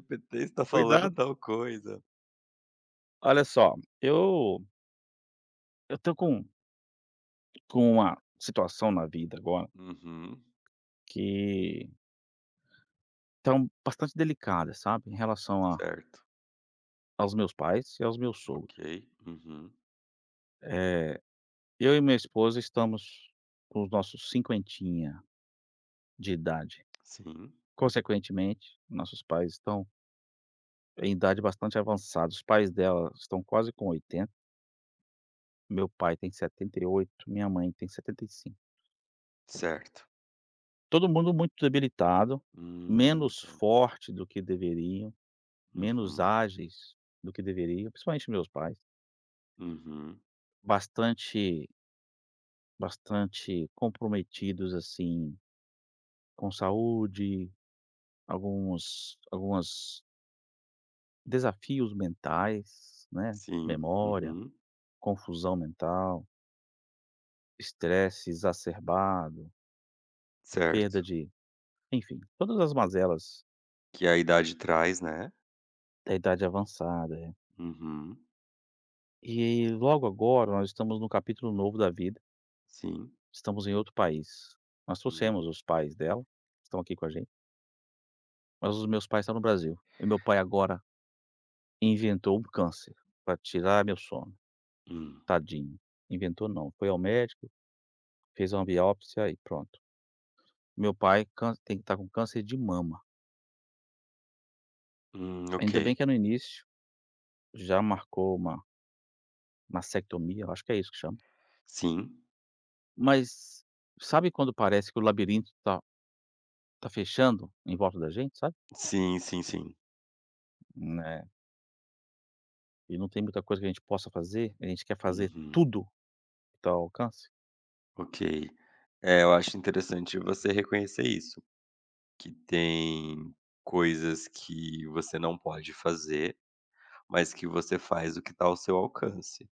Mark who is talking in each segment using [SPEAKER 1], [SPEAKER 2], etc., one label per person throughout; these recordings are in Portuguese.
[SPEAKER 1] GPT está falando
[SPEAKER 2] Cuidado.
[SPEAKER 1] tal coisa.
[SPEAKER 2] Olha só, eu eu tô com uma situação na vida agora
[SPEAKER 1] Uhum,
[SPEAKER 2] que tá um bastante delicada, sabe, em relação a
[SPEAKER 1] certo.
[SPEAKER 2] aos meus pais e aos meus
[SPEAKER 1] Ok.
[SPEAKER 2] sogros.
[SPEAKER 1] Uhum.
[SPEAKER 2] Eh, eu e minha esposa estamos com os nossos cinquentinha de idade.
[SPEAKER 1] Sim,
[SPEAKER 2] Consequentemente, nossos pais estão em idade bastante avançada. Os pais dela estão quase com 80. Meu pai tem 78. Minha mãe tem 75.
[SPEAKER 1] certo.
[SPEAKER 2] Todo mundo muito debilitado, menos
[SPEAKER 1] Entendo.
[SPEAKER 2] forte do que deveria, menos
[SPEAKER 1] Uhum,
[SPEAKER 2] ágeis do que deveriam, principalmente meus pais,
[SPEAKER 1] uhum.
[SPEAKER 2] bastante bastante comprometidos, assim, com saúde, alguns desafios mentais, né,
[SPEAKER 1] Sim,
[SPEAKER 2] memória,
[SPEAKER 1] uhum.
[SPEAKER 2] confusão mental, estresse exacerbado,
[SPEAKER 1] Certo.
[SPEAKER 2] perda de, enfim, todas as mazelas
[SPEAKER 1] Que a idade traz, né.
[SPEAKER 2] da idade avançada, é.
[SPEAKER 1] Uhum.
[SPEAKER 2] E logo agora nós estamos num capítulo novo da vida,
[SPEAKER 1] Sim.
[SPEAKER 2] estamos em outro país. Nós
[SPEAKER 1] Hum,
[SPEAKER 2] trouxemos os pais dela, estão aqui com a gente. Mas os meus pais estão no Brasil, e meu pai agora inventou um câncer para tirar meu sono,
[SPEAKER 1] hum,
[SPEAKER 2] tadinho. Inventou não, foi ao médico, fez uma biópsia e pronto. Meu pai cân tem que estar com câncer de mama.
[SPEAKER 1] ok.
[SPEAKER 2] Ainda bem que é no início, já marcou uma mastectomia, eu acho que é isso que chama.
[SPEAKER 1] Sim.
[SPEAKER 2] Mas sabe quando parece que o labirinto tá fechando em volta da gente, sabe?
[SPEAKER 1] Sim, sim, sim.
[SPEAKER 2] Né, e não tem muita coisa que a gente possa fazer, a gente quer fazer
[SPEAKER 1] Uhum.
[SPEAKER 2] tudo que tá ao alcance.
[SPEAKER 1] Ok. É, eu acho interessante você reconhecer isso, que tem coisas que você não pode fazer, mas que você faz o que está ao seu alcance,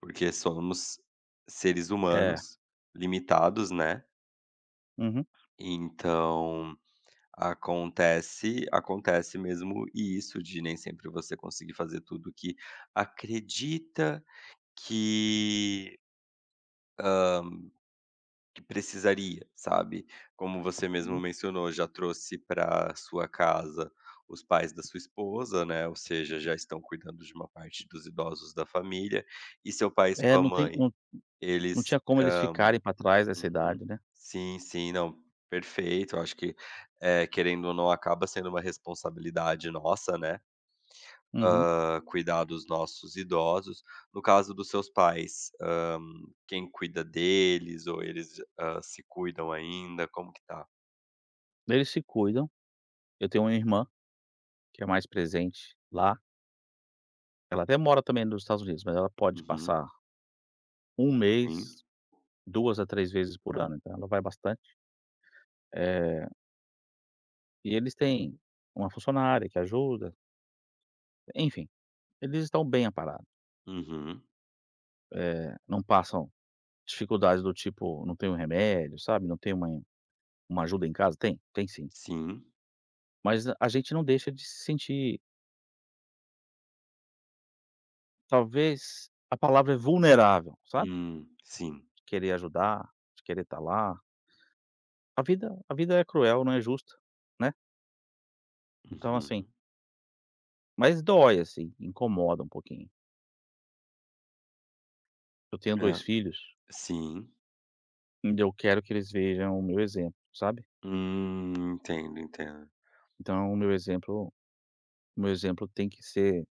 [SPEAKER 1] porque somos seres
[SPEAKER 2] É,
[SPEAKER 1] humanos limitados, né.
[SPEAKER 2] uhum,
[SPEAKER 1] Então acontece mesmo isso de nem sempre você conseguir fazer tudo que acredita que que precisaria, sabe. Como você mesmo
[SPEAKER 2] uhum.
[SPEAKER 1] mencionou, já trouxe para sua casa os pais da sua esposa, né, ou seja, já estão cuidando de uma parte dos idosos da família, e seu pai e
[SPEAKER 2] É,
[SPEAKER 1] sua
[SPEAKER 2] não tem
[SPEAKER 1] mãe.
[SPEAKER 2] não. Não
[SPEAKER 1] Eles.
[SPEAKER 2] tinha como eles
[SPEAKER 1] hã,
[SPEAKER 2] ficarem pra trás dessa
[SPEAKER 1] uhum.
[SPEAKER 2] idade, né.
[SPEAKER 1] Sim, sim, não, perfeito. Eu acho que, querendo ou não, acaba sendo uma responsabilidade nossa, né,
[SPEAKER 2] Uhum.
[SPEAKER 1] cuidar dos nossos idosos. No caso dos seus pais, quem cuida deles ou eles, se cuidam ainda? Como que tá?
[SPEAKER 2] Eles se cuidam. Eu tenho uma irmã que é mais presente lá. Ela até mora também nos Estados Unidos, mas ela pode
[SPEAKER 1] Uhum,
[SPEAKER 2] passar um
[SPEAKER 1] sim.
[SPEAKER 2] mês, 2 a 3 vezes por ano, então ela vai bastante. Eh, e eles têm uma funcionária que ajuda, enfim, eles estão bem amparados.
[SPEAKER 1] Uhum,
[SPEAKER 2] Não passam dificuldades do tipo: "Não tem um remédio", sabe, "Não tem uma ajuda em casa". Tem, tem sim.
[SPEAKER 1] sim.
[SPEAKER 2] Mas a gente não deixa de se sentir, talvez a palavra é vulnerável, sabe?
[SPEAKER 1] Sim.
[SPEAKER 2] Querer ajudar, de querer estar lá. A vida é cruel, não é justa, né. Então, assim,
[SPEAKER 1] Uhum.
[SPEAKER 2] mas dói, assim, incomoda um pouquinho. Eu tenho 2
[SPEAKER 1] Hã,
[SPEAKER 2] filhos,
[SPEAKER 1] sim.
[SPEAKER 2] e eu quero que eles vejam o meu exemplo, sabe.
[SPEAKER 1] Entendo, entendo.
[SPEAKER 2] Então, o meu exemplo tem que ser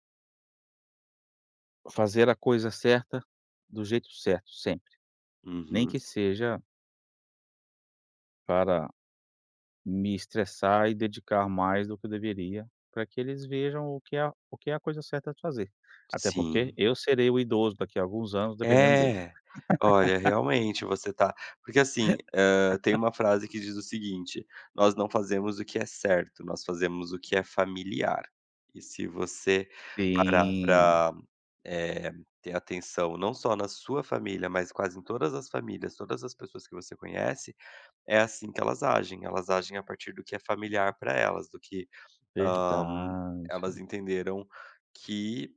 [SPEAKER 2] fazer a coisa certa do jeito certo, sempre. Nem
[SPEAKER 1] Uhum,
[SPEAKER 2] que seja para me estressar e dedicar mais do que eu deveria, para que eles vejam o que é a coisa certa de fazer. Até porque
[SPEAKER 1] sim.
[SPEAKER 2] eu serei o idoso daqui a alguns anos dependendo deles.
[SPEAKER 1] É. Olha, realmente você tá, porque assim, tem uma frase que diz o seguinte: "Nós não fazemos o que é certo, nós fazemos o que é familiar". E se você parar
[SPEAKER 2] Sim,
[SPEAKER 1] para ter atenção não só na sua família, mas quase em todas as famílias, todas as pessoas que você conhece, é assim que elas agem. Elas agem a partir do que é familiar para elas, do que, hã,
[SPEAKER 2] verdade.
[SPEAKER 1] elas entenderam que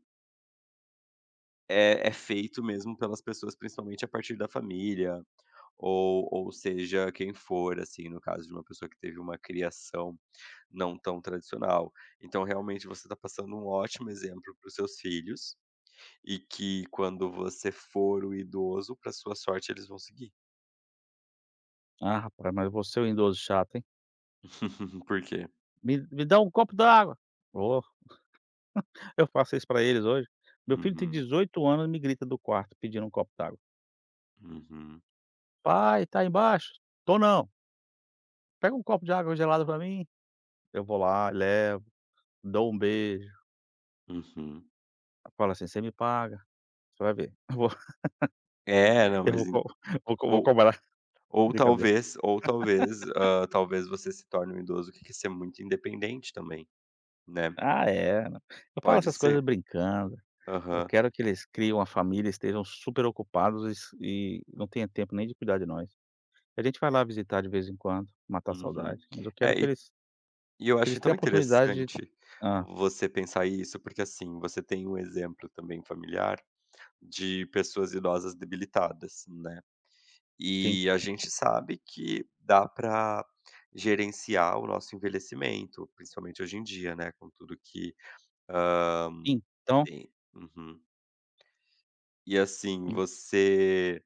[SPEAKER 1] é feito mesmo pelas pessoas, principalmente a partir da família, ou seja quem for, assim, no caso de uma pessoa que teve uma criação não tão tradicional. Então, realmente, você está passando um ótimo exemplo para os seus filhos, e que quando você for o idoso, para sua sorte, eles vão seguir.
[SPEAKER 2] Ah, rapaz, mas você é um idoso chato, hein.
[SPEAKER 1] Por quê?
[SPEAKER 2] "Me dá um copo d'água!" Ô, eu faço isso pra eles hoje. Meu filho tem
[SPEAKER 1] Uhum,
[SPEAKER 2] 18 anos e me grita do quarto pedindo um copo d'água.
[SPEAKER 1] uhum,
[SPEAKER 2] "Pai, tá aí embaixo?" "Tô não. Pega um copo de água gelada pra mim." Eu vou lá, levo, dou um beijo,
[SPEAKER 1] uhum.
[SPEAKER 2] fala assim: "Você me paga, você vai ver."
[SPEAKER 1] É, não, mas en
[SPEAKER 2] Eu vou co vou co vou
[SPEAKER 1] ou
[SPEAKER 2] cobrar." Brincadeira.
[SPEAKER 1] ou talvez, hã, talvez você se torne um idoso que quer ser muito independente também, né.
[SPEAKER 2] Ah, é, não. Eu falo
[SPEAKER 1] Pode
[SPEAKER 2] essas coisas
[SPEAKER 1] ser.
[SPEAKER 2] brincando. Eu
[SPEAKER 1] Aham.
[SPEAKER 2] quero que eles criem uma família, estejam super ocupados e não tenha tempo nem de cuidar de nós. A gente vai lá visitar de vez em quando, matar a
[SPEAKER 1] Uhum.
[SPEAKER 2] saudade, mas eu
[SPEAKER 1] É,
[SPEAKER 2] quero que
[SPEAKER 1] e
[SPEAKER 2] eles
[SPEAKER 1] e eu
[SPEAKER 2] que eles
[SPEAKER 1] acho
[SPEAKER 2] tenham a
[SPEAKER 1] tão
[SPEAKER 2] oportunidade de
[SPEAKER 1] interessante
[SPEAKER 2] ah
[SPEAKER 1] você pensar isso, porque, assim, você tem um exemplo também familiar de pessoas idosas debilitadas, né.
[SPEAKER 2] sim.
[SPEAKER 1] E a gente sabe que dá para gerenciar o nosso envelhecimento, principalmente hoje em dia, né, com tudo que, hã,
[SPEAKER 2] Então,
[SPEAKER 1] tem. Uhum. E, assim,
[SPEAKER 2] e
[SPEAKER 1] você,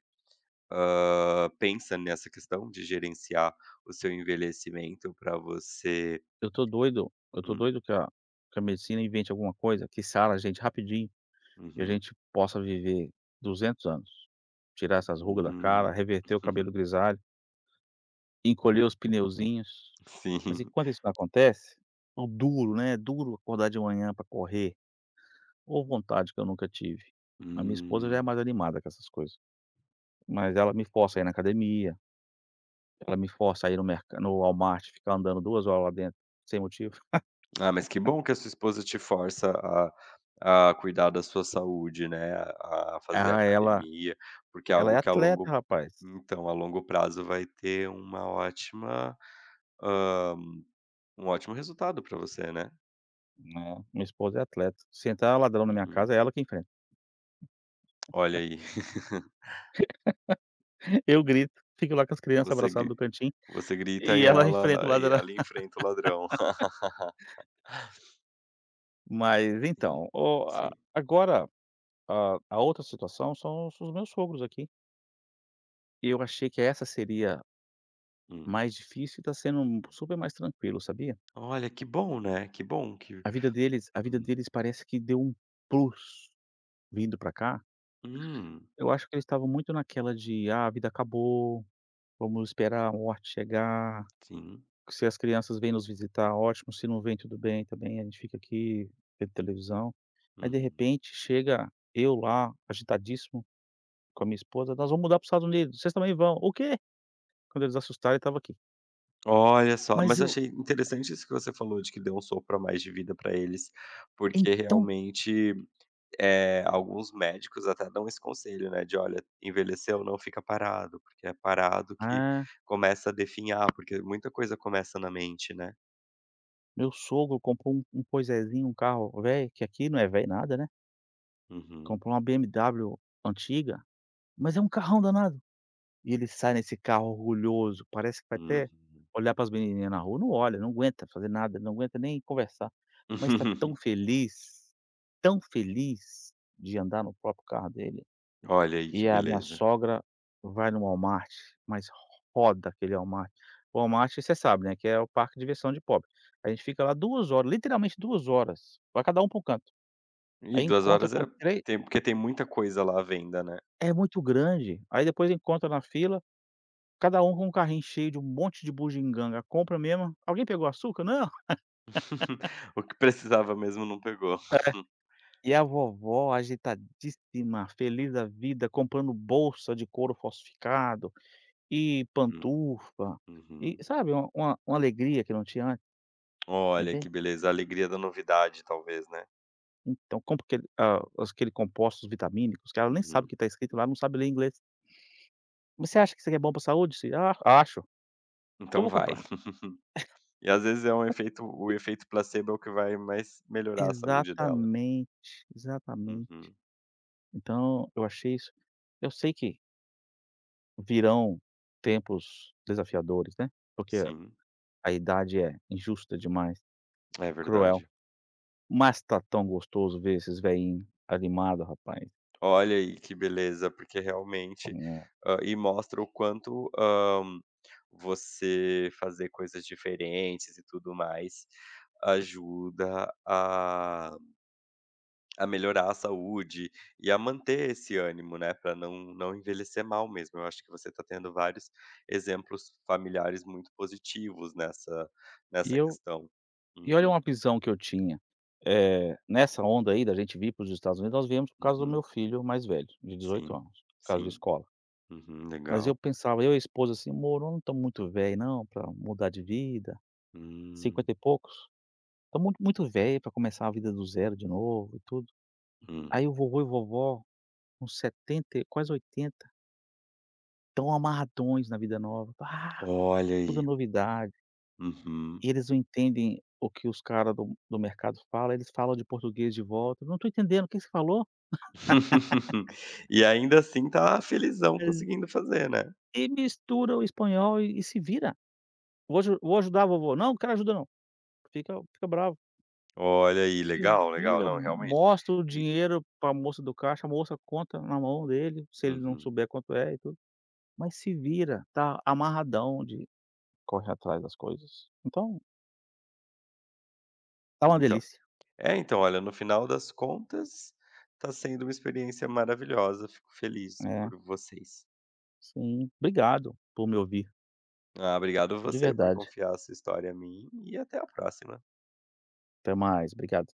[SPEAKER 1] pensa nessa questão de gerenciar o seu envelhecimento para você.
[SPEAKER 2] eu tô doido eu tô
[SPEAKER 1] hum.
[SPEAKER 2] doido que a medicina invente alguma coisa que sara a gente rapidinho e a
[SPEAKER 1] Uhum.
[SPEAKER 2] gente possa viver 200 anos. Tirar essas rugas da cara,
[SPEAKER 1] Hum.
[SPEAKER 2] reverter o cabelo grisalho, encolher os pneuzinhos. Mas
[SPEAKER 1] Sim.
[SPEAKER 2] enquanto isso não acontece, é duro, né, é duro acordar de manhã para correr. Ou vontade que eu nunca tive. A minha esposa já é
[SPEAKER 1] Hum.
[SPEAKER 2] mais animada com essas coisas, mas ela me força a ir na academia, ela me força a ir no Walmart, ficar andando 2 horas lá dentro, sem motivo.
[SPEAKER 1] Ah, mas que bom que a sua esposa te força a cuidar da sua saúde, né, a fazer
[SPEAKER 2] Ah, ela
[SPEAKER 1] academia, porque é
[SPEAKER 2] ela é
[SPEAKER 1] algo que
[SPEAKER 2] atleta rapaz,
[SPEAKER 1] a longo prazo vai ter uma ótima, hã, um ótimo resultado para você, né.
[SPEAKER 2] né, minha esposa é atleta. Se entrar ladrão na minha casa,
[SPEAKER 1] Uhum.
[SPEAKER 2] é ela que enfrenta.
[SPEAKER 1] Olha aí,
[SPEAKER 2] Eu grito, fico lá com as crianças
[SPEAKER 1] você
[SPEAKER 2] abraçadas no
[SPEAKER 1] gri
[SPEAKER 2] cantinho,
[SPEAKER 1] você grita e
[SPEAKER 2] e ela enfrenta o
[SPEAKER 1] ela e
[SPEAKER 2] ladrão.
[SPEAKER 1] ela enfrenta o ladrão.
[SPEAKER 2] Mas
[SPEAKER 1] Sim,
[SPEAKER 2] então, o a
[SPEAKER 1] sim.
[SPEAKER 2] agora, a outra situação são os meus sogros aqui. Eu achei que essa seria
[SPEAKER 1] Hum.
[SPEAKER 2] mais difícil e tá sendo um
[SPEAKER 1] Hum.
[SPEAKER 2] super mais tranquilo, sabia?
[SPEAKER 1] Olha, que bom, né, que bom que.
[SPEAKER 2] A vida deles a vida
[SPEAKER 1] Hum.
[SPEAKER 2] deles parece que deu um plus vindo pra cá.
[SPEAKER 1] Hum,
[SPEAKER 2] Eu acho que eles estavam muito naquela de: "Ah, a vida acabou, vamos esperar a morte chegar,
[SPEAKER 1] sim.
[SPEAKER 2] se as crianças vêm nos visitar, ótimo, se não vêm, tudo bem também, a gente fica aqui vendo televisão". Aí, de
[SPEAKER 1] Uhum.
[SPEAKER 2] repente, chega eu lá, agitadíssimo, com a minha esposa: "Nós vamos mudar para os Estados Unidos, vocês também vão." "O quê?" Quando eles assustaram, eu estava aqui.
[SPEAKER 1] Olha só,
[SPEAKER 2] Mas
[SPEAKER 1] mas eu
[SPEAKER 2] eu
[SPEAKER 1] achei interessante isso que você falou de que deu um sopro a mais de vida para eles, porque
[SPEAKER 2] então
[SPEAKER 1] realmente, alguns médicos até dão esse conselho, né, de: "Olha, envelheceu, não fica parado, porque é parado que
[SPEAKER 2] ah.
[SPEAKER 1] começa a definhar", porque muita coisa começa na mente, né.
[SPEAKER 2] Meu sogro comprou um poisézinho, um carro velho, que aqui não é velho nada, né,
[SPEAKER 1] Uhum,
[SPEAKER 2] comprou uma BMW antiga, mas é um carrão danado. E ele sai nesse carro orgulhoso, parece que vai até
[SPEAKER 1] uhum.
[SPEAKER 2] olhar para as menininhas na rua, não olha, não aguenta fazer nada, não aguenta nem conversar, mas está tão feliz de andar no próprio carro dele.
[SPEAKER 1] Olha aí que
[SPEAKER 2] E a minha
[SPEAKER 1] beleza.
[SPEAKER 2] sogra vai no Walmart, mas roda aquele Walmart. O Walmart, você sabe, né, que é o parque de diversão de pobre. A gente fica lá 2 horas, literalmente 2 horas, vai cada um para um canto.
[SPEAKER 1] E
[SPEAKER 2] Aí
[SPEAKER 1] duas
[SPEAKER 2] encontra
[SPEAKER 1] horas
[SPEAKER 2] com três,
[SPEAKER 1] tem, porque tem muita coisa lá à venda, né.
[SPEAKER 2] é muito grande. Aí depois encontra na fila, cada um com um carrinho cheio de um monte de bugiganga, compra mesmo. "Alguém pegou açúcar?" "Não".
[SPEAKER 1] O que precisava mesmo não pegou.
[SPEAKER 2] E a vovó agitadíssima, feliz da vida, comprando bolsa de couro falsificado e
[SPEAKER 1] Hum.
[SPEAKER 2] pantufa, e
[SPEAKER 1] Uhum.
[SPEAKER 2] sabe, uma alegria que não tinha.
[SPEAKER 1] Olha
[SPEAKER 2] Entende?
[SPEAKER 1] que beleza, a alegria da novidade talvez, né.
[SPEAKER 2] Então, compra aquele compostos vitamínicos, os cara nem sabe o
[SPEAKER 1] Uhum.
[SPEAKER 2] que está escrito lá, não sabe ler inglês. Mas "Você acha que isso aqui é bom para a saúde?" "Sim, acho. Então
[SPEAKER 1] Então
[SPEAKER 2] vou
[SPEAKER 1] vai.
[SPEAKER 2] comprar".
[SPEAKER 1] E às vezes é um efeito o efeito placebo é o que vai mais melhorar a saúde dela.
[SPEAKER 2] Exatamente, exatamente.
[SPEAKER 1] Uhum.
[SPEAKER 2] Então, eu achei isso, eu sei que virão tempos desafiadores, né, porque
[SPEAKER 1] Sim,
[SPEAKER 2] a idade é injusta demais,
[SPEAKER 1] é
[SPEAKER 2] cruel,
[SPEAKER 1] verdade.
[SPEAKER 2] mas tá tão gostoso ver esses velhinhos animados, rapaz.
[SPEAKER 1] Olha aí que beleza, porque realmente,
[SPEAKER 2] Hum.
[SPEAKER 1] e mostra o quanto, você fazer coisas diferentes e tudo mais, ajuda a melhorar a saúde e a manter esse ânimo, né, para não envelhecer mal mesmo. Eu acho que você está tendo vários exemplos familiares muito positivos nessa
[SPEAKER 2] E
[SPEAKER 1] nessa
[SPEAKER 2] eu
[SPEAKER 1] questão.
[SPEAKER 2] E olha
[SPEAKER 1] Uhum,
[SPEAKER 2] uma visão que eu tinha, nessa onda aí da gente vir para os Estados Unidos, nós viemos por causa do meu
[SPEAKER 1] uhum.
[SPEAKER 2] filho mais velho, de 18
[SPEAKER 1] Sim,
[SPEAKER 2] anos, por causa de
[SPEAKER 1] sim.
[SPEAKER 2] escola.
[SPEAKER 1] Uhum,
[SPEAKER 2] Mas eu
[SPEAKER 1] legal.
[SPEAKER 2] pensava, eu e a esposa assim: "Amor, nós não estamos muito velho não para mudar de vida,
[SPEAKER 1] Hum,
[SPEAKER 2] 50 e poucos, estamos muito muito velho para começar a vida do zero de novo e tudo".
[SPEAKER 1] hum.
[SPEAKER 2] Aí o vovô e vovó, uns 70 e quase 80, tão amarradões na vida nova, tá,
[SPEAKER 1] Olha
[SPEAKER 2] tudo é
[SPEAKER 1] aí.
[SPEAKER 2] novidade,
[SPEAKER 1] Uhum.
[SPEAKER 2] e eles não entendem o que os cara do mercado fala, eles falam de português de volta: "Não estou entendendo, o que que você falou?"
[SPEAKER 1] E ainda assim tá felizão
[SPEAKER 2] E
[SPEAKER 1] conseguindo fazer, né.
[SPEAKER 2] mistura o espanhol e se vira. "Vou ajudar a vovô", "Não, não quero ajuda não", fica bravo.
[SPEAKER 1] Olha aí,
[SPEAKER 2] Se
[SPEAKER 1] legal, legal.
[SPEAKER 2] vira,
[SPEAKER 1] Não, realmente.
[SPEAKER 2] mostra o
[SPEAKER 1] E
[SPEAKER 2] dinheiro pra moça do caixa, a moça conta na mão dele, se ele não
[SPEAKER 1] uhum.
[SPEAKER 2] souber quanto é e tudo. Mas se vira, tá amarradão de correr atrás das coisas. Então, tá uma
[SPEAKER 1] Então
[SPEAKER 2] delícia.
[SPEAKER 1] É, então, olha, no final das contas, tá sendo uma experiência maravilhosa. Fico feliz
[SPEAKER 2] É,
[SPEAKER 1] por vocês.
[SPEAKER 2] sim. Obrigado por me ouvir,
[SPEAKER 1] Ah, obrigado
[SPEAKER 2] de
[SPEAKER 1] você por
[SPEAKER 2] verdade.
[SPEAKER 1] confiar a sua história a mim e até a próxima.
[SPEAKER 2] Até mais, obrigado.